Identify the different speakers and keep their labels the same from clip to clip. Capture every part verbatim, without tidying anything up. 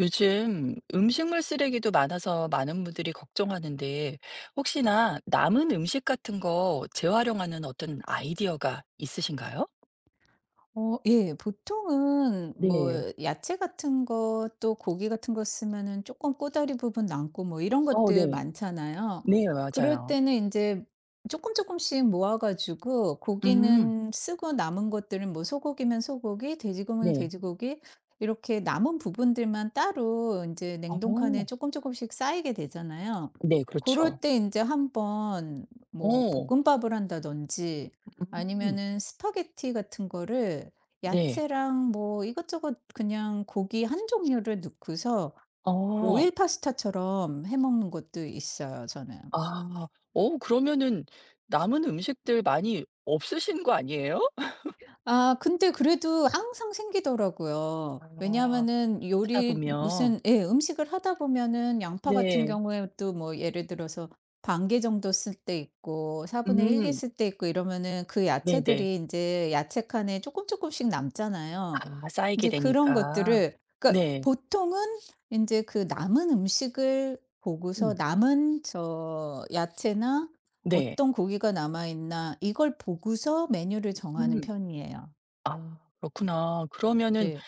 Speaker 1: 요즘 음식물 쓰레기도 많아서 많은 분들이 걱정하는데 혹시나 남은 음식 같은 거 재활용하는 어떤 아이디어가 있으신가요?
Speaker 2: 어 예. 보통은 뭐
Speaker 1: 네.
Speaker 2: 야채 같은 거 또 고기 같은 거 쓰면은 조금 꼬다리 부분 남고 뭐 이런
Speaker 1: 어
Speaker 2: 것들
Speaker 1: 네.
Speaker 2: 많잖아요.
Speaker 1: 네
Speaker 2: 그럴
Speaker 1: 맞아요.
Speaker 2: 때는 이제 조금 조금씩 모아 가지고,
Speaker 1: 음.
Speaker 2: 고기는 쓰고 남은 것들은 뭐 소고기면 소고기, 돼지고기면
Speaker 1: 네.
Speaker 2: 돼지고기, 이렇게 남은 부분들만 따로 이제 냉동칸에
Speaker 1: 어.
Speaker 2: 조금 조금씩 쌓이게 되잖아요.
Speaker 1: 네
Speaker 2: 그
Speaker 1: 그렇죠.
Speaker 2: 럴 때 이제 한번 뭐
Speaker 1: 어.
Speaker 2: 볶음밥을 한다든지
Speaker 1: 음.
Speaker 2: 아니면은 스파게티 같은 거를
Speaker 1: 네.
Speaker 2: 야채랑 뭐 이것저것 그냥 고기 한 종류를 넣고서
Speaker 1: 어.
Speaker 2: 오일 파스타처럼 해 먹는 것도 있어요, 저는.
Speaker 1: 아. 어 그러면은 남은 음식들 많이 없으신 거 아니에요?
Speaker 2: 아, 근데 그래도 항상 생기더라고요.
Speaker 1: 아
Speaker 2: 왜냐하면은
Speaker 1: 하다
Speaker 2: 요리
Speaker 1: 보면.
Speaker 2: 무슨 예 음식을 하다 보면은 양파 같은
Speaker 1: 네.
Speaker 2: 경우에도 뭐 예를 들어서 반 개 정도 쓸 때 있고 사분의 일 개
Speaker 1: 음.
Speaker 2: 쓸 때 있고 이러면은 그
Speaker 1: 네네.
Speaker 2: 야채들이 인제 야채 칸에 쪼끔 쪼끔씩 남잖아요.
Speaker 1: 아 쌓이게
Speaker 2: 인제 그런
Speaker 1: 되니까.
Speaker 2: 것들을, 그러니까
Speaker 1: 네.
Speaker 2: 보통은 인제 그 남은 음식을 보고서
Speaker 1: 음.
Speaker 2: 남은 저 야채나
Speaker 1: 네.
Speaker 2: 어떤 고기가 남아 있나 이걸 보고서 메뉴를 정하는
Speaker 1: 음.
Speaker 2: 편이에요.
Speaker 1: 아 그렇구나. 그러면은
Speaker 2: 네.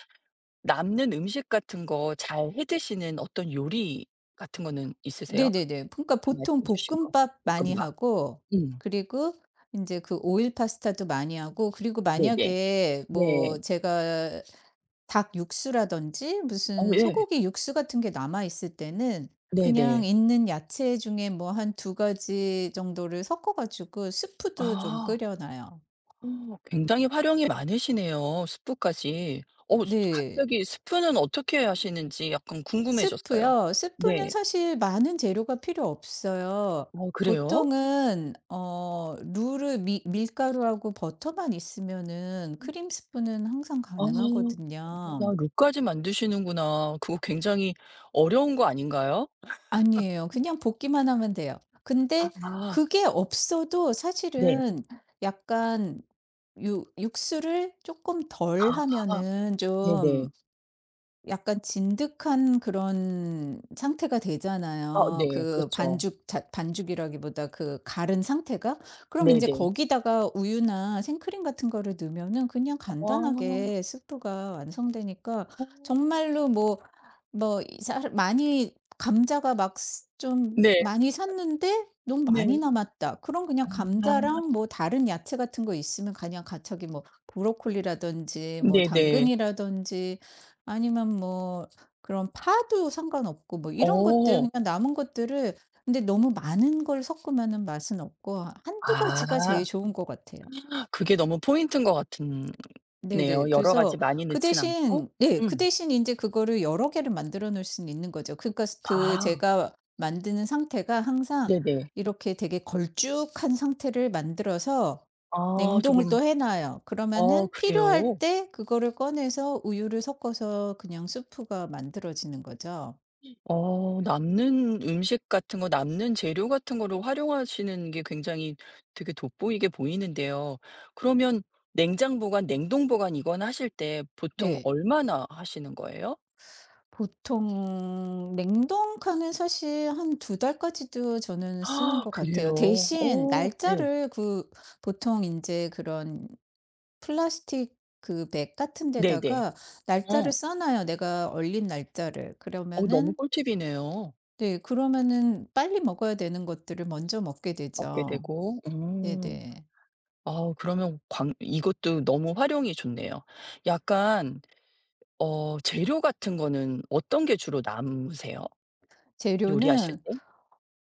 Speaker 1: 남는 음식 같은 거 잘 해 드시는 어떤 요리 같은 거는 있으세요? 아까
Speaker 2: 네네네. 그러니까 보통
Speaker 1: 말씀해 주신 거
Speaker 2: 볶음밥 많이
Speaker 1: 볶음밥.
Speaker 2: 하고,
Speaker 1: 음.
Speaker 2: 그리고 인제 그 오일 파스타도 많이 하고, 그리고
Speaker 1: 네네.
Speaker 2: 만약에
Speaker 1: 네.
Speaker 2: 뭐 제가 닭 육수라든지
Speaker 1: 어
Speaker 2: 무슨
Speaker 1: 예.
Speaker 2: 소고기 육수 같은 게 남아 있을 때는 그냥
Speaker 1: 네네.
Speaker 2: 있는 야채 중에 뭐 한 두 가지 정도를 섞어 가지고 스프도 좀
Speaker 1: 아.
Speaker 2: 끓여 놔요.
Speaker 1: 어 굉장히 활용이 많으시네요, 스프까지. 어 스
Speaker 2: 네.
Speaker 1: 갑자기 스프는 어떻게 하시는지 약간 궁금해졌어요.
Speaker 2: 스프요? 스프는
Speaker 1: 네.
Speaker 2: 사실 많은 재료가 필요 없어요.
Speaker 1: 어 그래요?
Speaker 2: 보통은 어 루를 미, 밀가루하고 버터만 있으면은 크림 스프는 항상
Speaker 1: 아.
Speaker 2: 가능하거든요.
Speaker 1: 어머나 룩까지 만드시는구나. 그거 굉장히 어려운 거 아닌가요?
Speaker 2: 아니에요. 그냥 볶기만 하면 돼요.
Speaker 1: 아
Speaker 2: 근데
Speaker 1: 아,
Speaker 2: 그게 없어도
Speaker 1: 네.
Speaker 2: 사실은 약간 유, 육수를 조금 덜
Speaker 1: 아
Speaker 2: 하면은 좀
Speaker 1: 네네.
Speaker 2: 약간 진득한 그런 상태가
Speaker 1: 아
Speaker 2: 되잖아요.
Speaker 1: 네.
Speaker 2: 그
Speaker 1: 그렇죠.
Speaker 2: 반죽 자 반죽이라기보다 그 갈은 상태가. 그럼 이제
Speaker 1: 네네.
Speaker 2: 거기다가 우유나 생크림 같은 거를 넣으면은 그냥
Speaker 1: 아. 어.
Speaker 2: 간단하게 스프가 완성되니까, 정말로 뭐 뭐 이 사- 많이 감자가 막 좀
Speaker 1: 네.
Speaker 2: 많이 샀는데 '너무 많이
Speaker 1: 네.
Speaker 2: 남았다.' 그럼 그냥
Speaker 1: 아.
Speaker 2: 감자랑 뭐 다른 야채 같은 거 있으면 그냥 갑자기 뭐 브로콜리라든지 뭐
Speaker 1: 네네.
Speaker 2: 당근이라든지 아니면 뭐 그런 파도 상관없고 뭐 이런 것들
Speaker 1: 어.
Speaker 2: 그냥 남은 것들을. 근데 너무 많은 걸 섞으면은 맛은 없고 한두 가지가 제일
Speaker 1: 아.
Speaker 2: 좋은 것 같아요.
Speaker 1: 그게 너무 포인트인 것 같은
Speaker 2: 네네.
Speaker 1: 네요. 여러 가지
Speaker 2: 그래서
Speaker 1: 많이
Speaker 2: 그
Speaker 1: 넣진 않고.
Speaker 2: 대신, 네, 그
Speaker 1: 음.
Speaker 2: 대신 인제 그거를 여러 개를 만들어 놓을 수는 있는 거죠. 그러니까 스 그
Speaker 1: 아.
Speaker 2: 제가 만드는 상태가 항상
Speaker 1: 네네.
Speaker 2: 이렇게 되게 걸쭉한 상태를 만들어서
Speaker 1: 아
Speaker 2: 냉동을
Speaker 1: 조금
Speaker 2: 또 해 놔요.
Speaker 1: 어
Speaker 2: 그러면은 필요할
Speaker 1: 그래요?
Speaker 2: 때 그거를 꺼내서 우유를 섞어서 그냥 수프가 만들어지는 거죠.
Speaker 1: 어 남는 음식 같은 거 남는 재료 같은 거를 활용하시는 게 굉장히 되게 돋보이게 보이는데요. 그러면 냉장 보관, 냉동 보관 이건 하실 때 보통
Speaker 2: 네.
Speaker 1: 얼마나 하시는 거예요?
Speaker 2: 보통 냉동칸은 사실 한 두 달까지도 저는 쓰는
Speaker 1: 아
Speaker 2: 것 같아요.
Speaker 1: 그래요?
Speaker 2: 대신
Speaker 1: 어 네.
Speaker 2: 날짜를, 그 보통 인제 그런 플라스틱 그 백 같은
Speaker 1: 네네.
Speaker 2: 데다가
Speaker 1: 어.
Speaker 2: 날짜를 써 놔요, 내가 얼린 날짜를.
Speaker 1: 어 너무
Speaker 2: 그러면은
Speaker 1: 꿀팁이네요.
Speaker 2: 네, 그러면은 빨리 먹어야 되는 것들을 먼저 먹게
Speaker 1: 먹게
Speaker 2: 되죠.
Speaker 1: 되고. 음.
Speaker 2: 네네.
Speaker 1: 아 그러면 광 이것도 너무 활용이 좋네요. 약간 어 재료 같은 거는 어떤 게 주로 남으세요? 요리하실
Speaker 2: 재료는
Speaker 1: 때?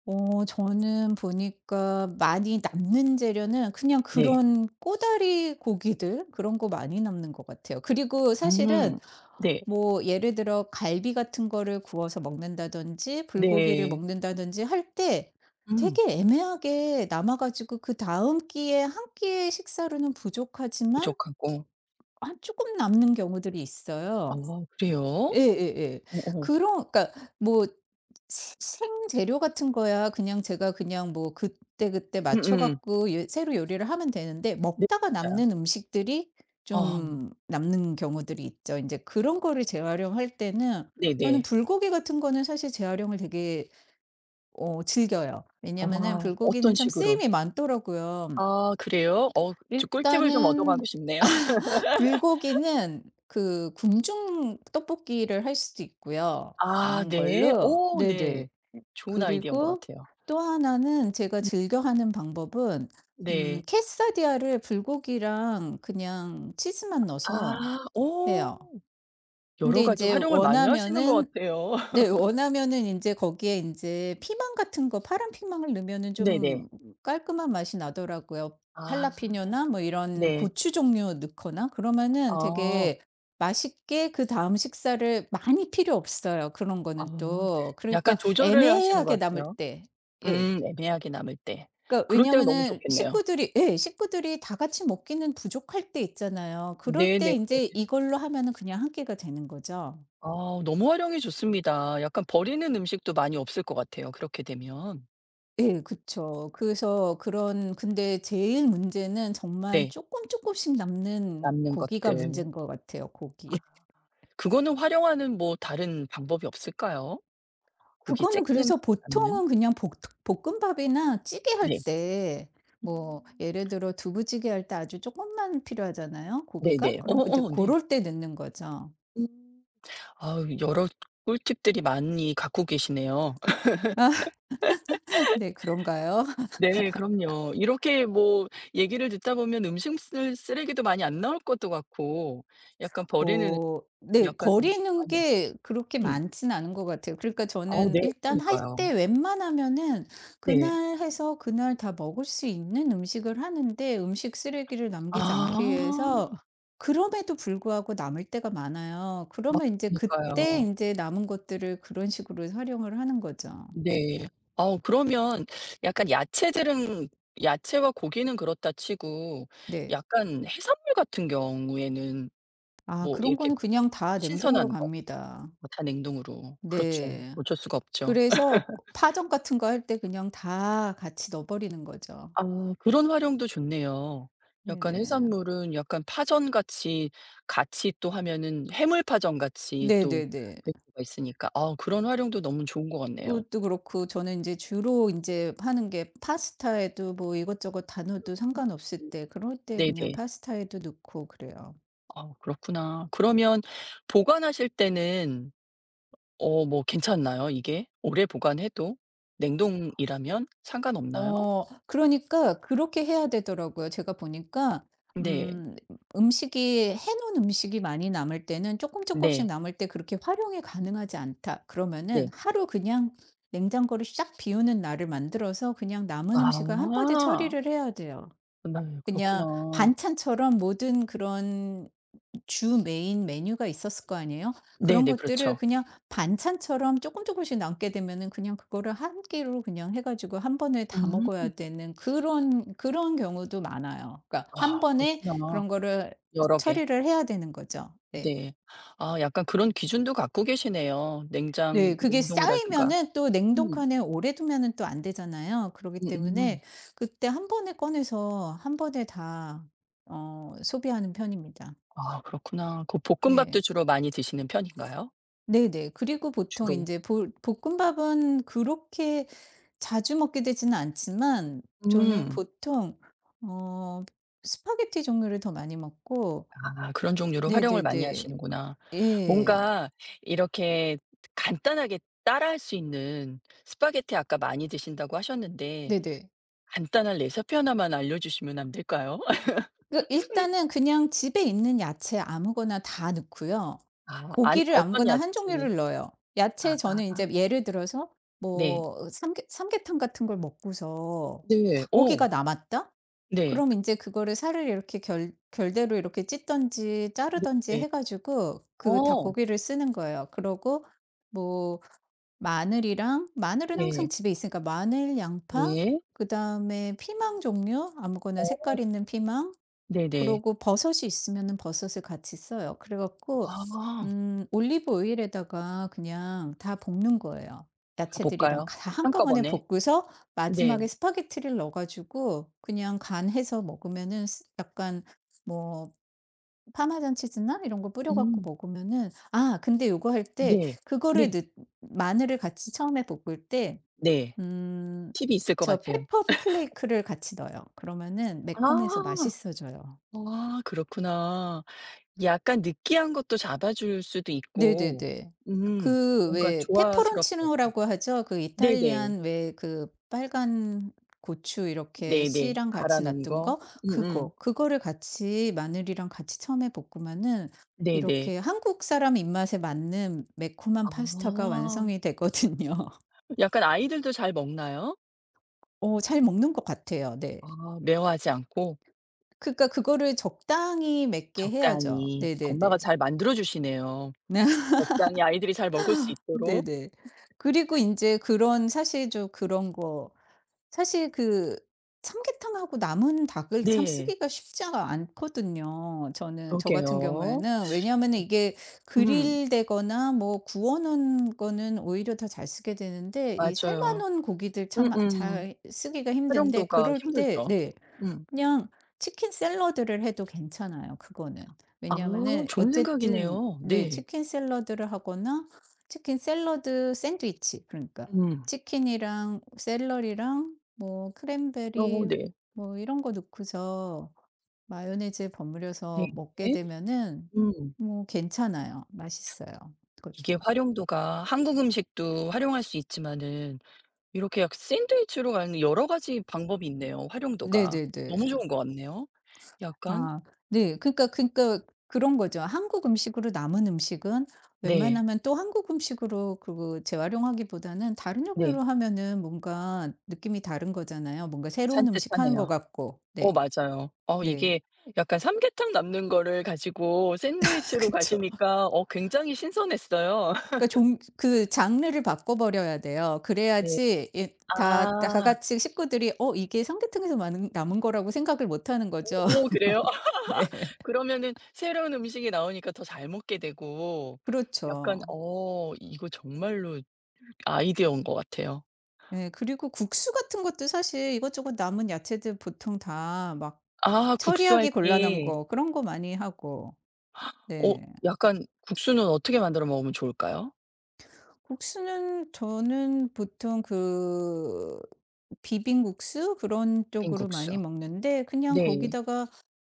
Speaker 2: 어 저는 보니까 많이 남는 재료는 그냥
Speaker 1: 네.
Speaker 2: 그런 꼬다리 고기들, 그런 거 많이 남는 것 같아요. 그리고 사실은
Speaker 1: 음. 네.
Speaker 2: 뭐 예를 들어 갈비 같은 거를 구워서 먹는다든지 불고기를
Speaker 1: 네.
Speaker 2: 먹는다든지 할 때
Speaker 1: 음.
Speaker 2: 되게 애매하게 남아 가지고 그다음 끼에 한 끼의 식사로는 부족하지만
Speaker 1: 부족하고.
Speaker 2: 아금 남는 경우들이
Speaker 1: 아
Speaker 2: 있어요.
Speaker 1: 그래요?
Speaker 2: 예예예.
Speaker 1: 어어.
Speaker 2: 그런 그러니까 뭐 시 생재료 같은 거야 그냥 제가 그냥 뭐 그때그때 맞춰
Speaker 1: 음음.
Speaker 2: 갖고 예 새로 요리를 하면 되는데,
Speaker 1: 네
Speaker 2: 먹다가
Speaker 1: 맞아요.
Speaker 2: 남는 음식들이
Speaker 1: 아
Speaker 2: 좀 남는 경우들이 있죠. 이제 그런 거를 재활용할 때는 저는
Speaker 1: 네네.
Speaker 2: 불고기 같은 거는 사실 재활용을 되게 어 즐겨요. 왜냐면은
Speaker 1: 아
Speaker 2: 불고기는
Speaker 1: 어떤
Speaker 2: 참
Speaker 1: 식으로?
Speaker 2: 쓰임이 많더라고요.
Speaker 1: 아 그래요? 어 저 꿀팁을 좀
Speaker 2: 일단은
Speaker 1: 얻어가고 싶네요.
Speaker 2: 불고기는 그 궁중 떡볶이를 할 수도 있고요.
Speaker 1: 아
Speaker 2: 남은
Speaker 1: 네.
Speaker 2: 걸로.
Speaker 1: 오
Speaker 2: 네네.
Speaker 1: 네. 좋은 아이디어인 것
Speaker 2: 그리고
Speaker 1: 같아요.
Speaker 2: 또 하나는 제가
Speaker 1: 음.
Speaker 2: 즐겨 하는 방법은 음
Speaker 1: 네.
Speaker 2: 캐사디아를 불고기랑 그냥 치즈만 넣어서
Speaker 1: 아 어
Speaker 2: 해요.
Speaker 1: 여러
Speaker 2: 근데 이
Speaker 1: 가지
Speaker 2: 제
Speaker 1: 활용을 많이 하시는 것
Speaker 2: 원하면은
Speaker 1: 같아요.
Speaker 2: 네. 원하면은 이제 거기에 이제 피망 같은 거 파란 피망을 넣으면은
Speaker 1: 네네.
Speaker 2: 좀 깔끔한 맛이 나더라고요.
Speaker 1: 아
Speaker 2: 할라피뇨나 뭐 이런
Speaker 1: 네.
Speaker 2: 고추 종류 넣거나 그러면은
Speaker 1: 아.
Speaker 2: 되게 맛있게 그다음 식사를, 많이 필요 없어요, 그런 거는
Speaker 1: 아.
Speaker 2: 또.
Speaker 1: 약간
Speaker 2: 그러니까
Speaker 1: 조절을 하시는
Speaker 2: 애매하게
Speaker 1: 것
Speaker 2: 남을
Speaker 1: 같아요.
Speaker 2: 때. 예.
Speaker 1: 음 애매하게 남을 때.
Speaker 2: 그러니까
Speaker 1: 그럴 때가 너무
Speaker 2: 왜냐면은
Speaker 1: 좋겠네요.
Speaker 2: 식구들이 예, 식구들이 다 같이 먹기는 부족할 때 있잖아요. 그럴 때
Speaker 1: 네네.
Speaker 2: 이제 이걸로 하면은 그냥 한 끼가 되는 거죠.
Speaker 1: 아 너무 활용이 좋습니다. 약간 버리는 음식도 많이 없을 것 같아요, 그렇게 되면.
Speaker 2: 예, 그쵸. 그래서 그런, 근데 제일 문제는 정말
Speaker 1: 네.
Speaker 2: 조금 조금씩 남는
Speaker 1: 남는
Speaker 2: 고기가
Speaker 1: 것들.
Speaker 2: 문제인 것 같아요,
Speaker 1: 아
Speaker 2: 고기.
Speaker 1: 그거는 활용하는 뭐 다른 방법이 없을까요? 고기
Speaker 2: 그거는
Speaker 1: 쬐끔
Speaker 2: 그래서
Speaker 1: 남는?
Speaker 2: 보통은 그냥 복 볶음밥이나 찌개 할
Speaker 1: 네.
Speaker 2: 때, 뭐
Speaker 1: 음.
Speaker 2: 예를 들어 두부찌개 할 때 아주 조금만 필요하잖아요, 고기가.
Speaker 1: 네네.
Speaker 2: 그럼 이제
Speaker 1: 어어
Speaker 2: 그
Speaker 1: 네.
Speaker 2: 럴 때 넣는 거죠.
Speaker 1: 음. 아우 여러 꿀팁들이 많이 갖고 계시네요.
Speaker 2: 아, 네 그런가요?
Speaker 1: 네 그럼요. 이렇게 뭐 얘기를 듣다 보면 음식물 쓰레기도 많이 안 나올 것도 같고 약간 버리는
Speaker 2: 어 네.
Speaker 1: 약간
Speaker 2: 버리는
Speaker 1: 아니요.
Speaker 2: 게 그렇게
Speaker 1: 음.
Speaker 2: 많진 않은 것 같아요. 그러니까
Speaker 1: 어
Speaker 2: 저는
Speaker 1: 네.
Speaker 2: 일단 할 때
Speaker 1: 그러니까요.
Speaker 2: 웬만하면은
Speaker 1: 네.
Speaker 2: 그날 해서 그날 다 먹을 수 있는 음식을 하는데, 음식 쓰레기를 남기지 않기
Speaker 1: 아.
Speaker 2: 위해서 그럼에도 불구하고 남을 때가 많아요. 그러면 이제
Speaker 1: 그니까요.
Speaker 2: 그때 이제 남은 것들을 그런 식으로 활용을 하는 거죠.
Speaker 1: 네. 어 그러면 약간 야채들은 야채와 고기는 그렇다 치고
Speaker 2: 네.
Speaker 1: 약간 해산물 같은 경우에는
Speaker 2: 아,
Speaker 1: 뭐
Speaker 2: 그런
Speaker 1: 이렇게
Speaker 2: 거는 그냥 다 냉동으로
Speaker 1: 신선한 거
Speaker 2: 갑니다.
Speaker 1: 뭐 다 냉동으로 그렇죠.
Speaker 2: 네.
Speaker 1: 어쩔 수가 없죠.
Speaker 2: 그래서 파전 같은 거 할 때 그냥 다 같이 넣어 버리는 거죠.
Speaker 1: 아 그런 활용도 좋네요. 약간
Speaker 2: 네네.
Speaker 1: 해산물은 약간 파전같이 같이 또 하면은 해물파전같이 또
Speaker 2: 네네네.
Speaker 1: 될 수가 있으니까 아 그런 활용도 너무 좋은 것 같네요.
Speaker 2: 그것도 그렇고 저는 인제 주로 인제 하는 게 파스타에도 뭐 이것저것 다 넣어도
Speaker 1: 음.
Speaker 2: 상관없을 때, 그럴 때 그냥
Speaker 1: 네네.
Speaker 2: 파스타에도 넣고 그래요.
Speaker 1: 아 그렇구나. 그러면 보관하실 때는 어 뭐 괜찮나요 이게? 오래 보관해도? 냉동이라면 상관없나요?
Speaker 2: 어, 그러니까 그렇게 해야 되더라고요. 제가 보니까
Speaker 1: 네.
Speaker 2: 음 음식이 해 놓은 음식이 많이 남을 때는, 쪼끔 쪼끔씩
Speaker 1: 네.
Speaker 2: 남을 때 그렇게 활용이 가능하지 않다 그러면은
Speaker 1: 네.
Speaker 2: 하루 그냥 냉장고를 싹 비우는 날을 만들어서 그냥 남은 음식을 한번에
Speaker 1: 아.
Speaker 2: 처리를 해야 돼요.
Speaker 1: 네
Speaker 2: 그냥
Speaker 1: 그렇구나.
Speaker 2: 반찬처럼 모든 그런, 주 메인 메뉴가 있었을 거 아니에요? 그런
Speaker 1: 네네.
Speaker 2: 것들을
Speaker 1: 그렇죠.
Speaker 2: 그냥 반찬처럼 조금 조금씩 남게 되면은 그냥 그거를 한 끼로 그냥 해 가지고 한 번에 다
Speaker 1: 음.
Speaker 2: 먹어야 되는 그런 그런 경우도 많아요. 그러니까 한
Speaker 1: 아
Speaker 2: 번에
Speaker 1: 그렇구나.
Speaker 2: 그런 거를
Speaker 1: 여러 개.
Speaker 2: 처리를 해야 되는 거죠. 네.
Speaker 1: 네. 아 약간 그런 기준도 갖고 계시네요. 냉장
Speaker 2: 네. 그게
Speaker 1: 냉동이라든가.
Speaker 2: 쌓이면은 또
Speaker 1: 음.
Speaker 2: 냉동칸에 오래 두면은 또 안 되잖아요. 그렇기
Speaker 1: 음음.
Speaker 2: 때문에 그때 한 번에 꺼내서 한 번에 다 어 소비하는 편입니다.
Speaker 1: 아 그렇구나. 그 볶음밥도
Speaker 2: 네.
Speaker 1: 주로 많이 드시는 편인가요?
Speaker 2: 네네. 그리고 보통
Speaker 1: 주로.
Speaker 2: 인제 보 볶음밥은 그렇게 자주 먹게 되지는 않지만 저는
Speaker 1: 음.
Speaker 2: 보통 어 스파게티 종류를 더 많이 먹고.
Speaker 1: 아 그런 종류로 활용을 많이
Speaker 2: 네네네.
Speaker 1: 하시는구나.
Speaker 2: 예.
Speaker 1: 뭔가 이렇게 간단하게 따라할 수 있는 스파게티 아까 많이 드신다고 하셨는데
Speaker 2: 네네.
Speaker 1: 간단한 레시피 하나만 알려주시면 안 될까요?
Speaker 2: 그 일단은 그냥 집에 있는 야채 아무거나 다 넣고요.
Speaker 1: 아 안
Speaker 2: 고기를
Speaker 1: 어떤
Speaker 2: 아무거나 한
Speaker 1: 야채
Speaker 2: 종류를 넣어요.
Speaker 1: 아
Speaker 2: 야채, 저는 인제 예를 들어서
Speaker 1: 네.
Speaker 2: 뭐 삼계 삼계탕 같은 걸 먹고서
Speaker 1: 네. 어.
Speaker 2: 닭고기가 남았다?
Speaker 1: 네.
Speaker 2: 그럼 인제 그거를 살을 이렇게 결 결대로 이렇게 찢든지 자르든지
Speaker 1: 네네.
Speaker 2: 해 가지고 그
Speaker 1: 어.
Speaker 2: 닭고기를 쓰는 거예요. 그러고 뭐 마늘이랑, 마늘은
Speaker 1: 네.
Speaker 2: 항상 집에 있으니까, 마늘, 양파,
Speaker 1: 네.
Speaker 2: 그다음에 피망 종류 아무거나
Speaker 1: 어
Speaker 2: 색깔 있는 피망,
Speaker 1: 네네.
Speaker 2: 그러고 버섯이 있으면은 버섯을 같이 써요. 그래 갖고
Speaker 1: 아
Speaker 2: 음 올리브 오일에다가 그냥 다 볶는 거예요.
Speaker 1: 다
Speaker 2: 야채들이랑
Speaker 1: 볼까요?
Speaker 2: 다 한꺼번에
Speaker 1: 한꺼번에?
Speaker 2: 볶고서
Speaker 1: 네.
Speaker 2: 마지막에 스파게티를 넣어 가지고 그냥 간해서 먹으면은 스 약간 뭐 파마산 치즈나 이런 거 뿌려 갖고
Speaker 1: 음.
Speaker 2: 먹으면은. 아, 근데 요거 할 때
Speaker 1: 네. 네.
Speaker 2: 그거를 넣, 마늘을 같이 처음에 볶을 때
Speaker 1: 네.
Speaker 2: 음
Speaker 1: 팁이 있을 것
Speaker 2: 저
Speaker 1: 같아요.
Speaker 2: 페퍼 플레이크를 같이 넣어요. 그러면은 매콤해서
Speaker 1: 아.
Speaker 2: 맛있어져요.
Speaker 1: 아 그렇구나. 약간 느끼한 것도 잡아 줄 수도 있고
Speaker 2: 네네네.
Speaker 1: 음
Speaker 2: 그
Speaker 1: 뭔가
Speaker 2: 왜 페퍼론치
Speaker 1: 조화스럽다고.
Speaker 2: 노라고 하죠. 그
Speaker 1: 네네.
Speaker 2: 이탈리안 왜 그 빨간 고추 이렇게
Speaker 1: 네네.
Speaker 2: 씨랑
Speaker 1: 갈아
Speaker 2: 같이
Speaker 1: 놓은
Speaker 2: 놔둔
Speaker 1: 거.
Speaker 2: 거,
Speaker 1: 음음.
Speaker 2: 그거. 그거를 같이 마늘이랑 같이 처음에 볶으면은
Speaker 1: 네네.
Speaker 2: 이렇게 한국 사람 입맛에 맞는 매콤한
Speaker 1: 아.
Speaker 2: 파스타가 완성이 되거든요.
Speaker 1: 약간 아이들도 잘 먹나요?
Speaker 2: 어 잘 먹는 것 같아요. 네.
Speaker 1: 아 매워하지 않고?
Speaker 2: 그러니까 그거를 적당히 맵게 해야죠.
Speaker 1: 적당히.
Speaker 2: 네네네.
Speaker 1: 엄마가 잘 만들어 주시네요. 적당히 아이들이 잘 먹을 수 있도록.
Speaker 2: 네네. 그리고 이제 그런 사실 좀 그런 거, 사실 그 삼계탕하고 남은 닭을 참
Speaker 1: 네.
Speaker 2: 쓰기가 쉽지가 않거든요. 저는, 저 같은
Speaker 1: 그러게요.
Speaker 2: 경우에는 왜냐하면
Speaker 1: 어
Speaker 2: 이게
Speaker 1: 음.
Speaker 2: 그릴되거나 뭐 구워 놓은 거는 오히려 더 잘 쓰게 되는데 이 삶아
Speaker 1: 맞아요.
Speaker 2: 놓은 고기들 참, 아,
Speaker 1: 음음.
Speaker 2: 잘 쓰기가 힘든데
Speaker 1: 활용도가
Speaker 2: 그럴 때
Speaker 1: 힘들죠.
Speaker 2: 네.
Speaker 1: 음.
Speaker 2: 그냥 치킨 샐러드를 해도 괜찮아요, 그거는.
Speaker 1: 아
Speaker 2: 왜냐하면은
Speaker 1: 좋은
Speaker 2: 어쨌든
Speaker 1: 생각이네요.
Speaker 2: 네
Speaker 1: 네.
Speaker 2: 치킨 샐러드를 하거나 치킨 샐러드 샌드위치, 그러니까
Speaker 1: 음.
Speaker 2: 치킨이랑 샐러리랑 뭐
Speaker 1: 어
Speaker 2: 크랜베리
Speaker 1: 네.
Speaker 2: 뭐 이런 거 넣고서 마요네즈에
Speaker 1: 네.
Speaker 2: 버무려서 먹게 되면은
Speaker 1: 음.
Speaker 2: 뭐 괜찮아요. 맛있어요, 그것도.
Speaker 1: 이게 활용도가 한국 음식도 활용할 수 있지만은 이렇게 약 샌드위치로 가는 여러 가지 방법이 있네요, 활용도가.
Speaker 2: 네네네.
Speaker 1: 너무 좋은 것 같네요. 약간
Speaker 2: 아 네. 그러니까, 그러니까 그런 거죠. 한국 음식으로 남은 음식은
Speaker 1: 네.
Speaker 2: 웬만하면 또 한국 음식으로 그 재활용하기보다는 다른
Speaker 1: 네.
Speaker 2: 종류로 하면은 뭔가 느낌이 다른 거잖아요. 뭔가 새로운 음식 하는 것
Speaker 1: 산뜻하네요.
Speaker 2: 같고.
Speaker 1: 어
Speaker 2: 네.
Speaker 1: 맞아요. 어
Speaker 2: 네.
Speaker 1: 이게 약간 삼계탕 남는 거를 가지고 샌드위치로
Speaker 2: 그쵸.
Speaker 1: 가시니까 어 굉장히 신선했어요.
Speaker 2: 그러니까 종 그 장르를 바꿔 버려야 돼요.
Speaker 1: 네.
Speaker 2: 그래야지 이- 다 다
Speaker 1: 아.
Speaker 2: 같이 식구들이 '어 이게 삼계탕에서 많은 남은 거'라고 생각을 못 하는 거죠.
Speaker 1: 오 오 그래요?
Speaker 2: 네.
Speaker 1: 그러면은 새로운 음식이 나오니까 더 잘 먹게 되고 약간
Speaker 2: 그렇죠.
Speaker 1: 어 이거 정말로 아이디어인 것 같아요.
Speaker 2: 네, 그리고 국수 같은 것도 사실 이것저것 남은 야채들 보통 다 막
Speaker 1: 아 국수할
Speaker 2: 처리하기 곤란한
Speaker 1: 때
Speaker 2: 거, 그런 거 많이 하고.
Speaker 1: 어
Speaker 2: 네.
Speaker 1: 약간 국수는 어떻게 만들어 먹으면 좋을까요?
Speaker 2: 국수는 저는 보통 그 비빔국수 그런 쪽으로 많이
Speaker 1: 빈국수.
Speaker 2: 먹는데 그냥
Speaker 1: 네.
Speaker 2: 거기다가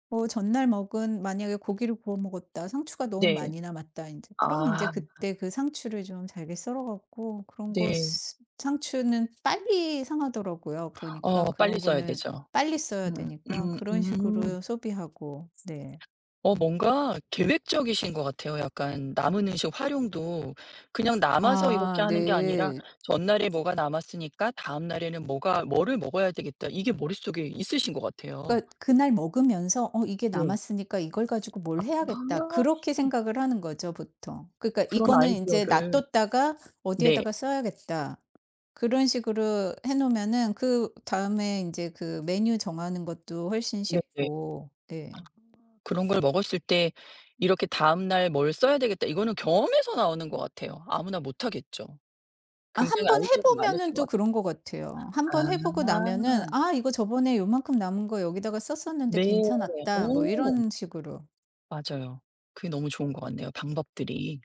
Speaker 2: 뭐 전날 먹은, 만약에 고기를 구워 먹었다, 상추가 너무
Speaker 1: 네.
Speaker 2: 많이 남았다 인제. 그럼 인제
Speaker 1: 아
Speaker 2: 그때 그 상추를 좀 잘게 썰어 갖고 그런 거
Speaker 1: 네.
Speaker 2: 쓰 상추는 빨리 상하더라고요. 그러니까
Speaker 1: 어 빨리
Speaker 2: 그런
Speaker 1: 써야
Speaker 2: 거는
Speaker 1: 되죠.
Speaker 2: 빨리 써야
Speaker 1: 음.
Speaker 2: 되니까
Speaker 1: 음
Speaker 2: 그런
Speaker 1: 음.
Speaker 2: 식으로 소비하고. 네.
Speaker 1: 어 뭔가 계획적이신 것 같아요. 약간 남은 음식 활용도 그냥 남아서 이렇게
Speaker 2: 아
Speaker 1: 하는 게 아니라
Speaker 2: 네.
Speaker 1: '전날에 뭐가 남았으니까 다음 날에는 뭐가 뭐를 먹어야 되겠다.' 이게 머릿속에 있으신 것 같아요.
Speaker 2: 그러니까 그날 먹으면서 '어 이게
Speaker 1: 네.
Speaker 2: 남았으니까 이걸 가지고 뭘
Speaker 1: 아
Speaker 2: 해야겠다.' 그렇게 생각을 하는 거죠 보통. 그러니까
Speaker 1: 그런
Speaker 2: '이거는 인제
Speaker 1: 아이디어를
Speaker 2: 놔뒀다가
Speaker 1: 네.
Speaker 2: 어디에다가 써야겠다.' 그런 식으로 해 놓으면은 그다음에 인제 그 메뉴 정하는 것도 훨씬
Speaker 1: 네네.
Speaker 2: 쉽고. 네.
Speaker 1: 그런 걸 먹었을 때 이렇게 '다음 날 뭘 써야 되겠다.' 이거는 경험에서 나오는 것 같아요. 아무나 못 하겠죠.
Speaker 2: 아, 한
Speaker 1: 굉장히
Speaker 2: 번 해
Speaker 1: 아이디어가 많으신
Speaker 2: 보면은
Speaker 1: 것
Speaker 2: 또
Speaker 1: 같아요.
Speaker 2: 그런 것 같아요. 한 번 해 보고 나면은,
Speaker 1: 아.
Speaker 2: '아 이거 저번에 요만큼 남은 거 여기다가 썼었는데
Speaker 1: 네.
Speaker 2: 괜찮았다.' 뭐
Speaker 1: 어.
Speaker 2: 이런 식으로.
Speaker 1: 맞아요. 그게 너무 좋은 것 같네요, 방법들이.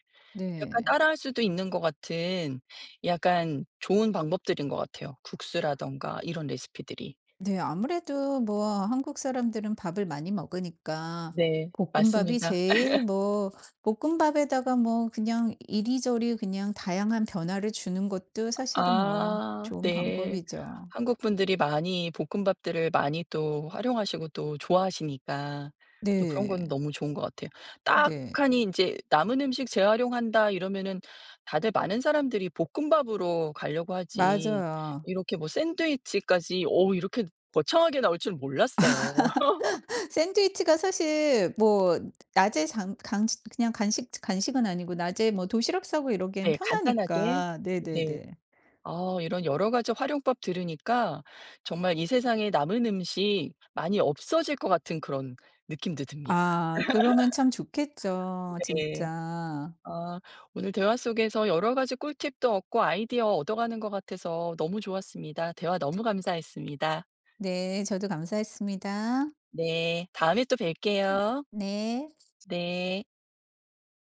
Speaker 1: 약간
Speaker 2: 네.
Speaker 1: 따라할 수도 있는 것 같은 약간 좋은 방법들인 것 같아요. 국수라던가 이런 레시피들이.
Speaker 2: 네 아무래도 뭐 한국 사람들은 밥을 많이 먹으니까
Speaker 1: 네,
Speaker 2: 볶음밥이
Speaker 1: 맞습니다.
Speaker 2: 제일 뭐 볶음밥에다가 뭐 그냥 이리저리 그냥 다양한 변화를 주는 것도 사실은 뭐
Speaker 1: 아
Speaker 2: 좋은
Speaker 1: 네.
Speaker 2: 방법이죠.
Speaker 1: 한국 분들이 많이 볶음밥들을 많이 또 활용하시고 또 좋아하시니까 또 그런
Speaker 2: 네.
Speaker 1: 건 너무 좋은 것 같아요.
Speaker 2: 네.
Speaker 1: 딱하니 인제 '남은 음식 재활용한다.' 이러면은 다들 많은 사람들이 볶음밥으로 가려고 하지
Speaker 2: 맞아요.
Speaker 1: 이렇게 뭐 샌드위치까지 어 이렇게 거창하게 나올 줄은 몰랐어요.
Speaker 2: 샌드위치가 사실 뭐 낮에 장 강 그냥 간식, 간식은 아니고 낮에 뭐 도시락 싸고 이러기엔
Speaker 1: 네 간단하게
Speaker 2: 편하니까.
Speaker 1: 네.
Speaker 2: 네네네.
Speaker 1: 아 이런 여러 가지 활용법 들으니까 정말 이 세상에 남은 음식 많이 없어질 것 같은 그런 느낌도 듭니다.
Speaker 2: 아 그러면 참 좋겠죠
Speaker 1: 네.
Speaker 2: 진짜.
Speaker 1: 아, 오늘 대화 속에서 여러 가지 꿀팁도 얻고 아이디어 얻어가는 것 같아서 너무 좋았습니다. 대화 너무 감사했습니다.
Speaker 2: 네. 저도 감사했습니다.
Speaker 1: 네, 다음에 또 뵐게요.
Speaker 2: 네.
Speaker 1: 네.